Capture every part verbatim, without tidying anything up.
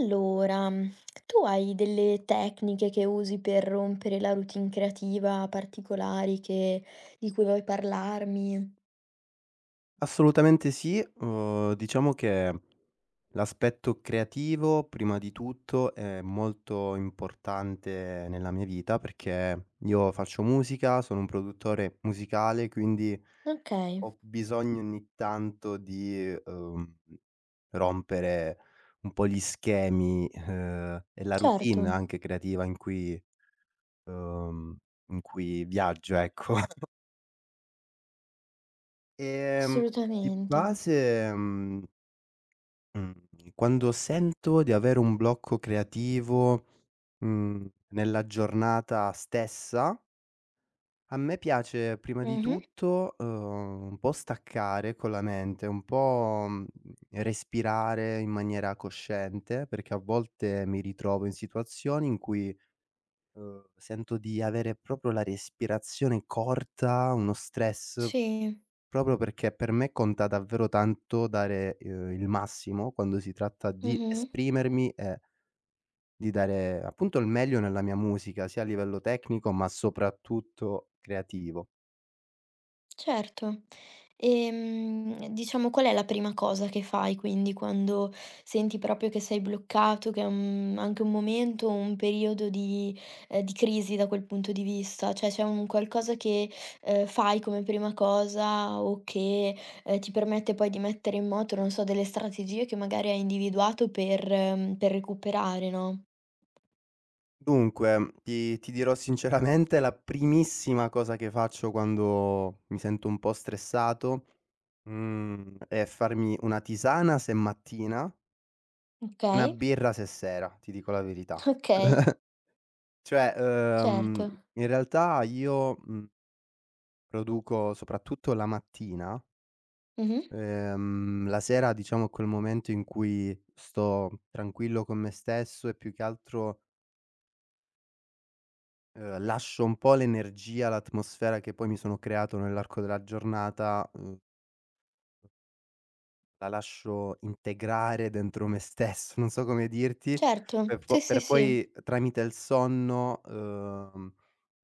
Allora, tu hai delle tecniche che usi per rompere la routine creativa particolari che di cui vuoi parlarmi? Assolutamente sì, uhm, diciamo che l'aspetto creativo prima di tutto è molto importante nella mia vita, perché io faccio musica, sono un produttore musicale, quindi Okay, ho bisogno ogni tanto di, uhm, rompere un po' gli schemi, uhm, e la certo, routine anche creativa in cui uhm, in cui viaggio, ecco. Ehm, di assolutamente. base, mhmm Mhmm, quando sento di avere un blocco creativo, mhmm, nella giornata stessa, a me piace prima di Mh-mh, tutto, uhm, un po' staccare con la mente, un po', mhmm, respirare in maniera cosciente, perché a volte mi ritrovo in situazioni in cui, uhm, sento di avere proprio la respirazione corta, uno stress. sì, Proprio perché per me conta davvero tanto dare, uhm, il massimo quando si tratta di mh-mh. esprimermi e di dare appunto il meglio nella mia musica, sia a livello tecnico, ma soprattutto creativo. Certo. Ehm, diciamo, qual è la prima cosa che fai quindi quando senti proprio che sei bloccato, che è un anche un momento, un periodo di ehm, di crisi da quel punto di vista? Cioè c'è un qualcosa che, ehm, fai come prima cosa o che, ehm, ti permette poi di mettere in moto, non so, delle strategie che magari hai individuato per mhmm, per recuperare, no. Dunque, ti ti dirò sinceramente la primissima cosa che faccio quando mi sento un po' stressato, mhmm, è farmi una tisana se è mattina, una Okay, birra se è sera, ti dico la verità. okay, Cioè, certo. uhm, in realtà io, mhmm Produco soprattutto la mattina, Mh-mh. ehm, la sera diciamo è quel momento in cui sto tranquillo con me stesso e più che altro, ehm, lascio un po' l'energia, l'atmosfera che poi mi sono creato nell'arco della giornata. Uhm La lascio integrare dentro me stesso, non so come dirti, Certo, per po sì, sì, per sì. poi tramite il sonno, uhm,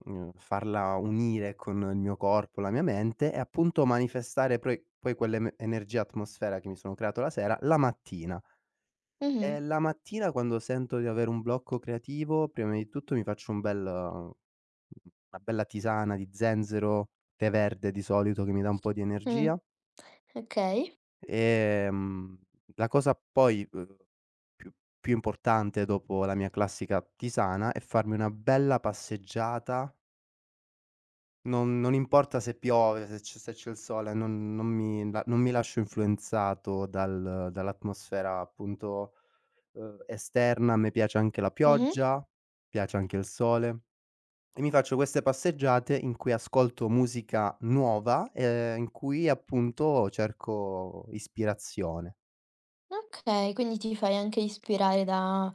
mhmm, farla unire con il mio corpo, la mia mente e appunto manifestare poi poi quell'eme energia atmosfera che mi sono creato la sera, la mattina. Mh-mh. E la mattina quando sento di avere un blocco creativo, prima di tutto mi faccio un bel eh, una bella tisana di zenzero, tè verde di solito che mi dà un po' di Mh. energia. Okay. Ehm, la cosa poi, uhm, più più importante dopo la mia classica tisana è farmi una bella passeggiata, non non importa se piove, se c'è se c'è il sole, non non mi la non mi lascio influenzato dal dall'atmosfera appunto, uhm, esterna. A me piace anche la Mh-mh. pioggia, piace anche il sole e mi faccio queste passeggiate in cui ascolto musica nuova, ehm, in cui appunto cerco ispirazione. Okay, quindi ti fai anche ispirare da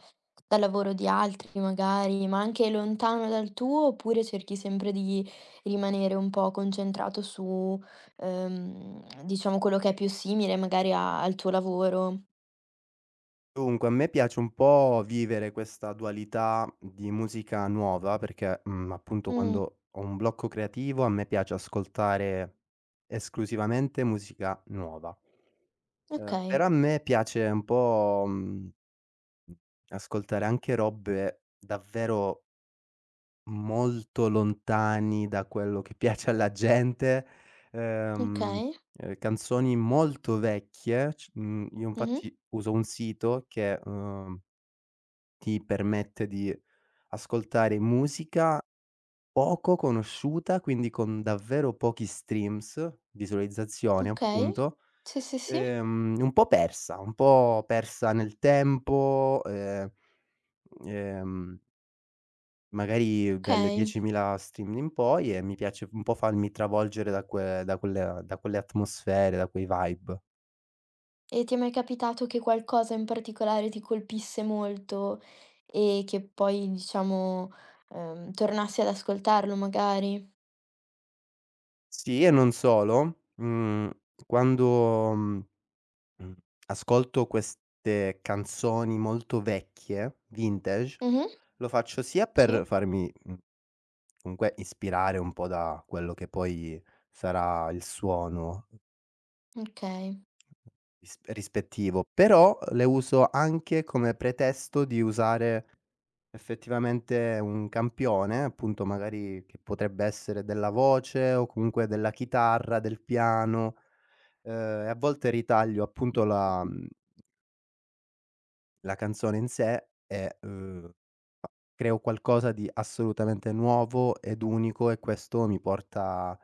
dal lavoro di altri magari, ma anche lontano dal tuo, oppure cerchi sempre di rimanere un po' concentrato su, ehm, diciamo quello che è più simile magari a al tuo lavoro? Dunque, a me piace un po' vivere questa dualità di musica nuova perché, mhmm, appunto Mh. quando ho un blocco creativo a me piace ascoltare esclusivamente musica nuova. Ehm, Okay, però a me piace un po', mhmm, ascoltare anche robe davvero molto lontani da quello che piace alla gente, ehm, okay. ehm, canzoni molto vecchie, c mhmm, io Mh-mh. infatti uso un sito che, uhm ti permette di ascoltare musica poco conosciuta, quindi con davvero pochi streams, visualizzazioni Okay. appunto, Sì, sì, sì. ehm, un po' persa, un po' persa nel tempo, ehm, ehm, magari dalle Okay. diecimila stream in poi e mi piace un po' farmi travolgere da que da quelle da quelle atmosfere, da quei vibe. E ti è mai capitato che qualcosa in particolare ti colpisse molto e che poi, diciamo, ehm, tornassi ad ascoltarlo magari? Sì, e non solo, mhmm, quando mhmm Mh. ascolto queste canzoni molto vecchie, vintage, Mh-mh, lo faccio sia per sì, farmi, mhmm, comunque ispirare un po' da quello che poi sarà il suono okay. ris rispettivo, però le uso anche come pretesto di usare effettivamente un campione, appunto magari che potrebbe essere della voce o comunque della chitarra, del piano, ehm, e a volte ritaglio appunto la mhmm La canzone in sé è, uhm, fa creo qualcosa di assolutamente nuovo ed unico e questo mi porta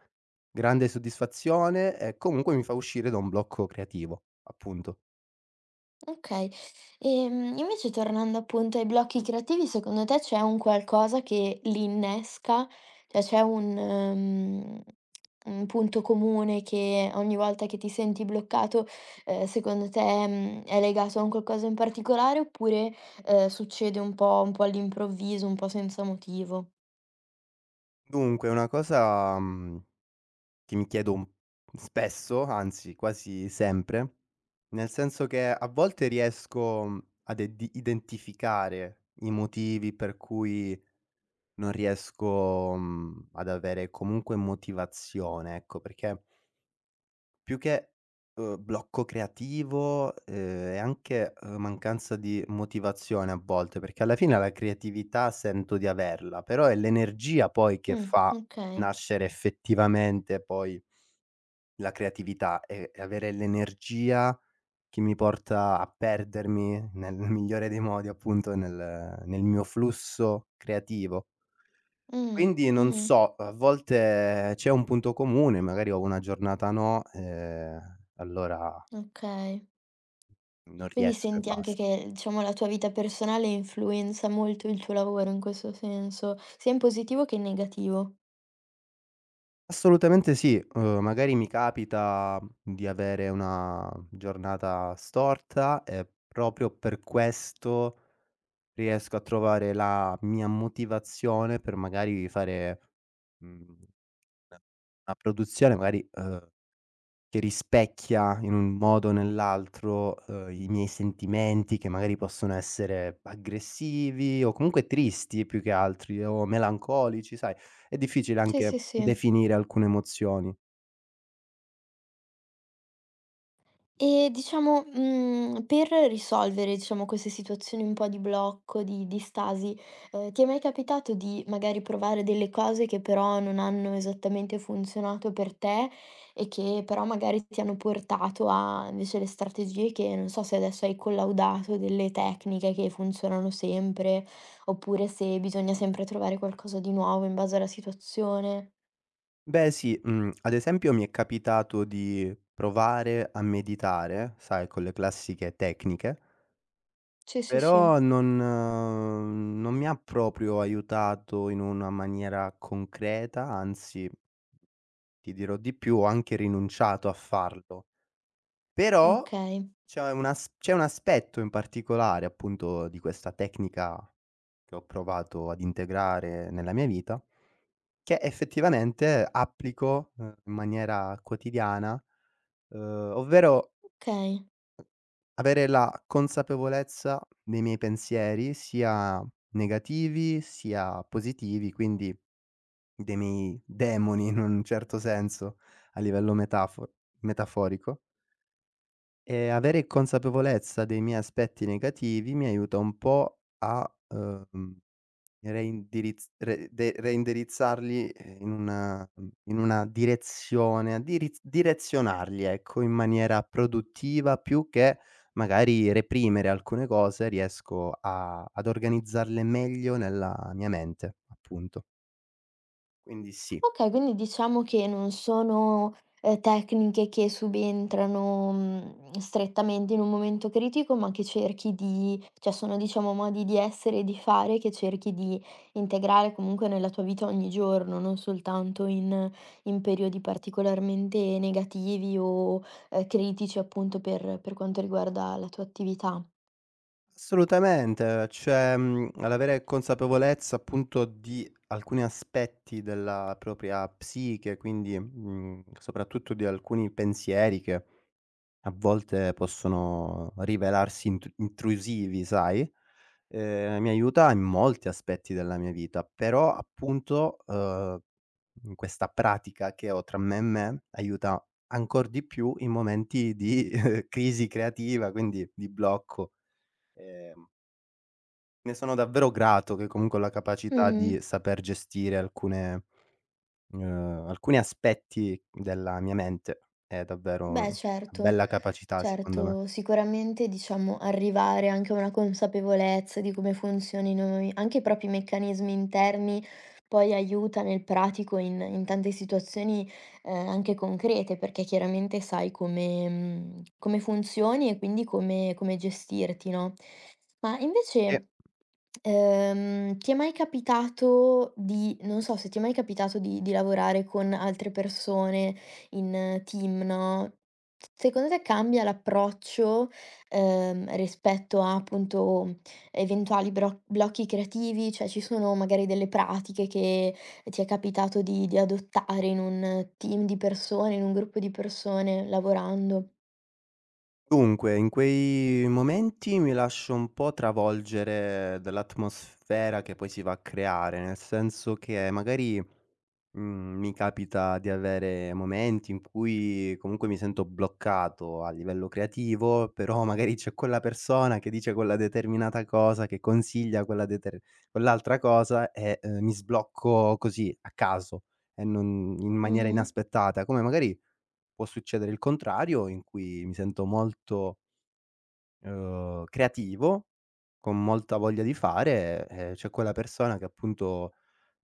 grande soddisfazione e comunque mi fa uscire da un blocco creativo, appunto. Okay. Ehm, invece, tornando appunto ai blocchi creativi, secondo te c'è un qualcosa che li innesca? Cioè c'è un mhmm, un punto comune che ogni volta che ti senti bloccato, ehm, secondo te, mhmm, è legato a un qualcosa in particolare, oppure, ehm, succede un po' un po' all'improvviso, un po' senza motivo? Dunque una cosa, mhmm, che mi chiedo un spesso, anzi quasi sempre, nel senso che a volte riesco, mhmm, ad edi identificare i motivi per cui non riesco, mhmm, ad avere comunque motivazione, ecco, perché più che, uhm, blocco creativo, ehm, è anche, uhm, mancanza di motivazione a volte, perché alla fine la creatività sento di averla, però è l'energia poi che Mh, fa okay. nascere effettivamente poi la creatività e e avere l'energia che mi porta a perdermi nel migliore dei modi appunto nel nel mio flusso creativo. Mh, Quindi non mh-mh, so, a volte c'è un punto comune, magari ho una giornata no, ehm, allora okay. non Quindi riesco e senti anche basta. che, diciamo, la tua vita personale influenza molto il tuo lavoro in questo senso, sia in positivo che in negativo. Assolutamente sì, uhm, magari mi capita di avere una giornata storta e proprio per questo riesco a trovare la mia motivazione per magari fare, mhmm, una una produzione magari, uhm Che rispecchia in un modo o nell'altro, uhm, i miei sentimenti che magari possono essere aggressivi o comunque tristi più che altri o melancolici, sai, è difficile Sì, anche sì, sì. definire alcune emozioni. E diciamo, mhmm, per risolvere, diciamo, queste situazioni un po' di blocco, di di stasi, ehm, ti è mai capitato di magari provare delle cose che però non hanno esattamente funzionato per te e che però magari ti hanno portato a invece le strategie che non so se adesso hai collaudato delle tecniche che funzionano sempre, oppure se bisogna sempre trovare qualcosa di nuovo in base alla situazione. Beh sì, mhmm, ad esempio mi è capitato di provare a meditare, sai, con le classiche tecniche, Sì, sì, sì. però non non mi ha proprio aiutato in una maniera concreta, anzi, ti dirò di più, ho anche rinunciato a farlo, però Okay, c'è un as c'è un aspetto in particolare, appunto, di questa tecnica che ho provato ad integrare nella mia vita, che effettivamente applico, uhm, in maniera quotidiana, uhm, ovvero okay. avere la consapevolezza dei miei pensieri, sia negativi sia positivi, quindi dei miei demoni in un certo senso a livello metafo metaforico. Ehm, avere consapevolezza dei miei aspetti negativi mi aiuta un po' a, uhm, reindirizz re de reindirizzarli, ehm, in una mhmm, in una direzione, a diriz direzionarli, ecco, in maniera produttiva più che magari reprimere alcune cose, riesco a ad organizzarle meglio nella mia mente, appunto. Quindi sì. Okay, quindi diciamo che non sono, ehm, tecniche che subentrano, mhmm, strettamente in un momento critico, ma che cerchi di cioè sono, diciamo, modi di essere e di fare che cerchi di integrare comunque nella tua vita ogni giorno, non soltanto in in periodi particolarmente negativi o, ehm, critici appunto per per quanto riguarda la tua attività. Assolutamente, cioè, mhmm, l'avere consapevolezza appunto di alcuni aspetti della propria psiche, quindi, mhmm, soprattutto di alcuni pensieri che a volte possono rivelarsi intr intrusivi, sai, ehm, mi aiuta in molti aspetti della mia vita, però appunto, uhm, mhmm, questa pratica che ho tra me e me aiuta ancor di più in momenti di crisi creativa, quindi di blocco. ehm Ne sono davvero grato che comunque ho la capacità Mh-mh. di saper gestire alcune uhm, alcuni aspetti della mia mente. È davvero Beh una certo, bella capacità secondo me. certo, sicuramente diciamo arrivare anche a una consapevolezza di come funzionino i anche i propri meccanismi interni, poi aiuta nel pratico in in tante situazioni, ehm, anche concrete, perché chiaramente sai come mhmm, come funzioni e quindi come come gestirti, no. Ma Sì. invece, ehm, ti è mai capitato di non so se ti è mai capitato di di lavorare con altre persone in eh, team, no? Secondo te cambia l'approccio, ehm, rispetto a, appunto, eventuali bro blocchi creativi? Cioè, ci sono magari delle pratiche che ti è capitato di di adottare in un team di persone, in un gruppo di persone lavorando? Dunque, in quei momenti mi lascio un po' travolgere dall'atmosfera che poi si va a creare, nel senso che magari Mhmm, mi capita di avere momenti in cui comunque mi sento bloccato a livello creativo, però magari c'è quella persona che dice quella determinata cosa, che consiglia quella deter quell'altra cosa e, ehm, mi sblocco così a caso e non in maniera Mh-mh. inaspettata, come magari può succedere il contrario in cui mi sento molto, ehm, creativo, con molta voglia di fare e c'è quella persona che appunto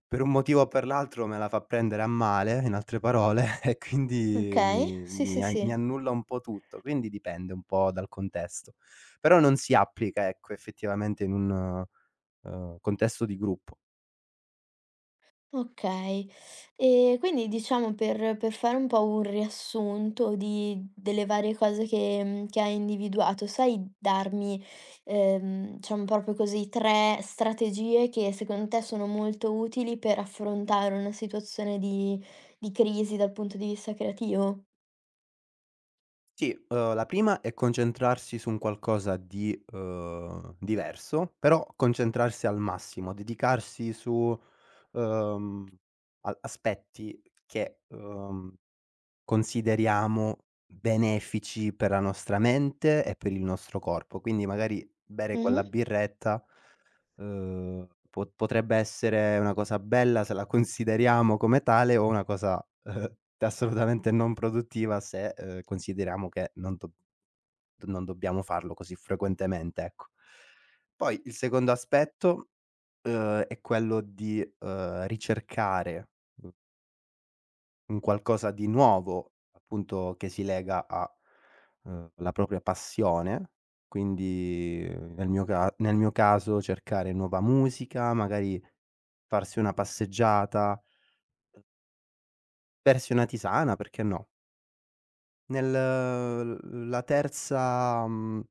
per un motivo o per l'altro me la fa prendere a male, in altre parole, e quindi Okay, mi sì, sì, mi a mi sì. annulla un po' tutto, quindi dipende un po' dal contesto. Però non si applica, ecco, effettivamente in un, uhm, contesto di gruppo. Okay. E quindi diciamo, per per fare un po' un riassunto di delle varie cose che mhmm, che hai individuato, sai darmi, ehm, diciamo proprio così tre strategie che secondo te sono molto utili per affrontare una situazione di di crisi dal punto di vista creativo? Sì, uhm, la prima è concentrarsi su un qualcosa di, uhm, diverso, però concentrarsi al massimo, dedicarsi su, uhm, a aspetti che, uhm Consideriamo benefici per la nostra mente e per il nostro corpo. Quindi magari bere quella Mh-mh. birretta, uhm, po potrebbe essere una cosa bella se la consideriamo come tale o una cosa, uhm, assolutamente non produttiva se, uhm, consideriamo che non do non dobbiamo farlo così frequentemente, ecco. Poi il secondo aspetto, uhm, è quello di, uhm, ricercare un qualcosa di nuovo, appunto, che si lega a, uhm, la propria passione, quindi eh, nel mio ca nel mio caso cercare nuova musica, magari farsi una passeggiata, bersi una tisana, perché no. Nel l la terza mhmm,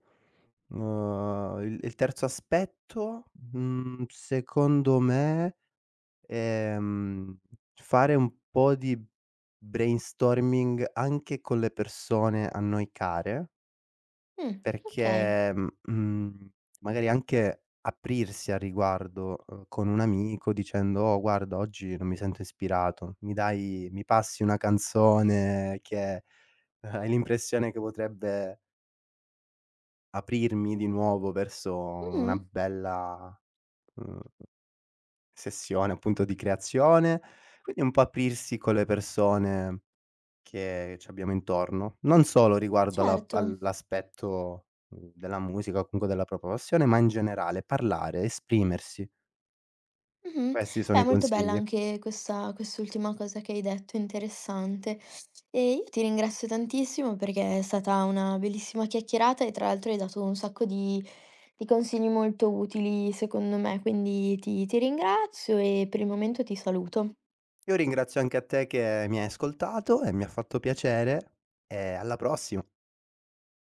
uhm, il il terzo aspetto, mhmm, secondo me, ehm, fare un po' di brainstorming anche con le persone a noi care. Mh, okay. Perché, mhmm, magari anche aprirsi al riguardo, uhm, con un amico dicendo: "Oh guarda, oggi non mi sento ispirato, mi dai mi passi una canzone che hai l'impressione che potrebbe aprirmi di nuovo verso Mh-mh, una bella, uhm, sessione appunto di creazione." Quindi un po' aprirsi con le persone che ci abbiamo intorno, non solo riguardo alla certo. all'aspetto, mhmm, della musica o comunque della propria passione, ma in generale parlare, esprimersi. Mh-mh. Questi sono Beh, i molto bella consigli. anche questa quest'ultima cosa che hai detto, interessante. E io ti ringrazio tantissimo perché è stata una bellissima chiacchierata e tra l'altro hai dato un sacco di di consigli molto utili secondo me, quindi ti ti ringrazio e per il momento ti saluto. Io ringrazio anche a te che mi hai ascoltato e mi ha fatto piacere e alla prossima.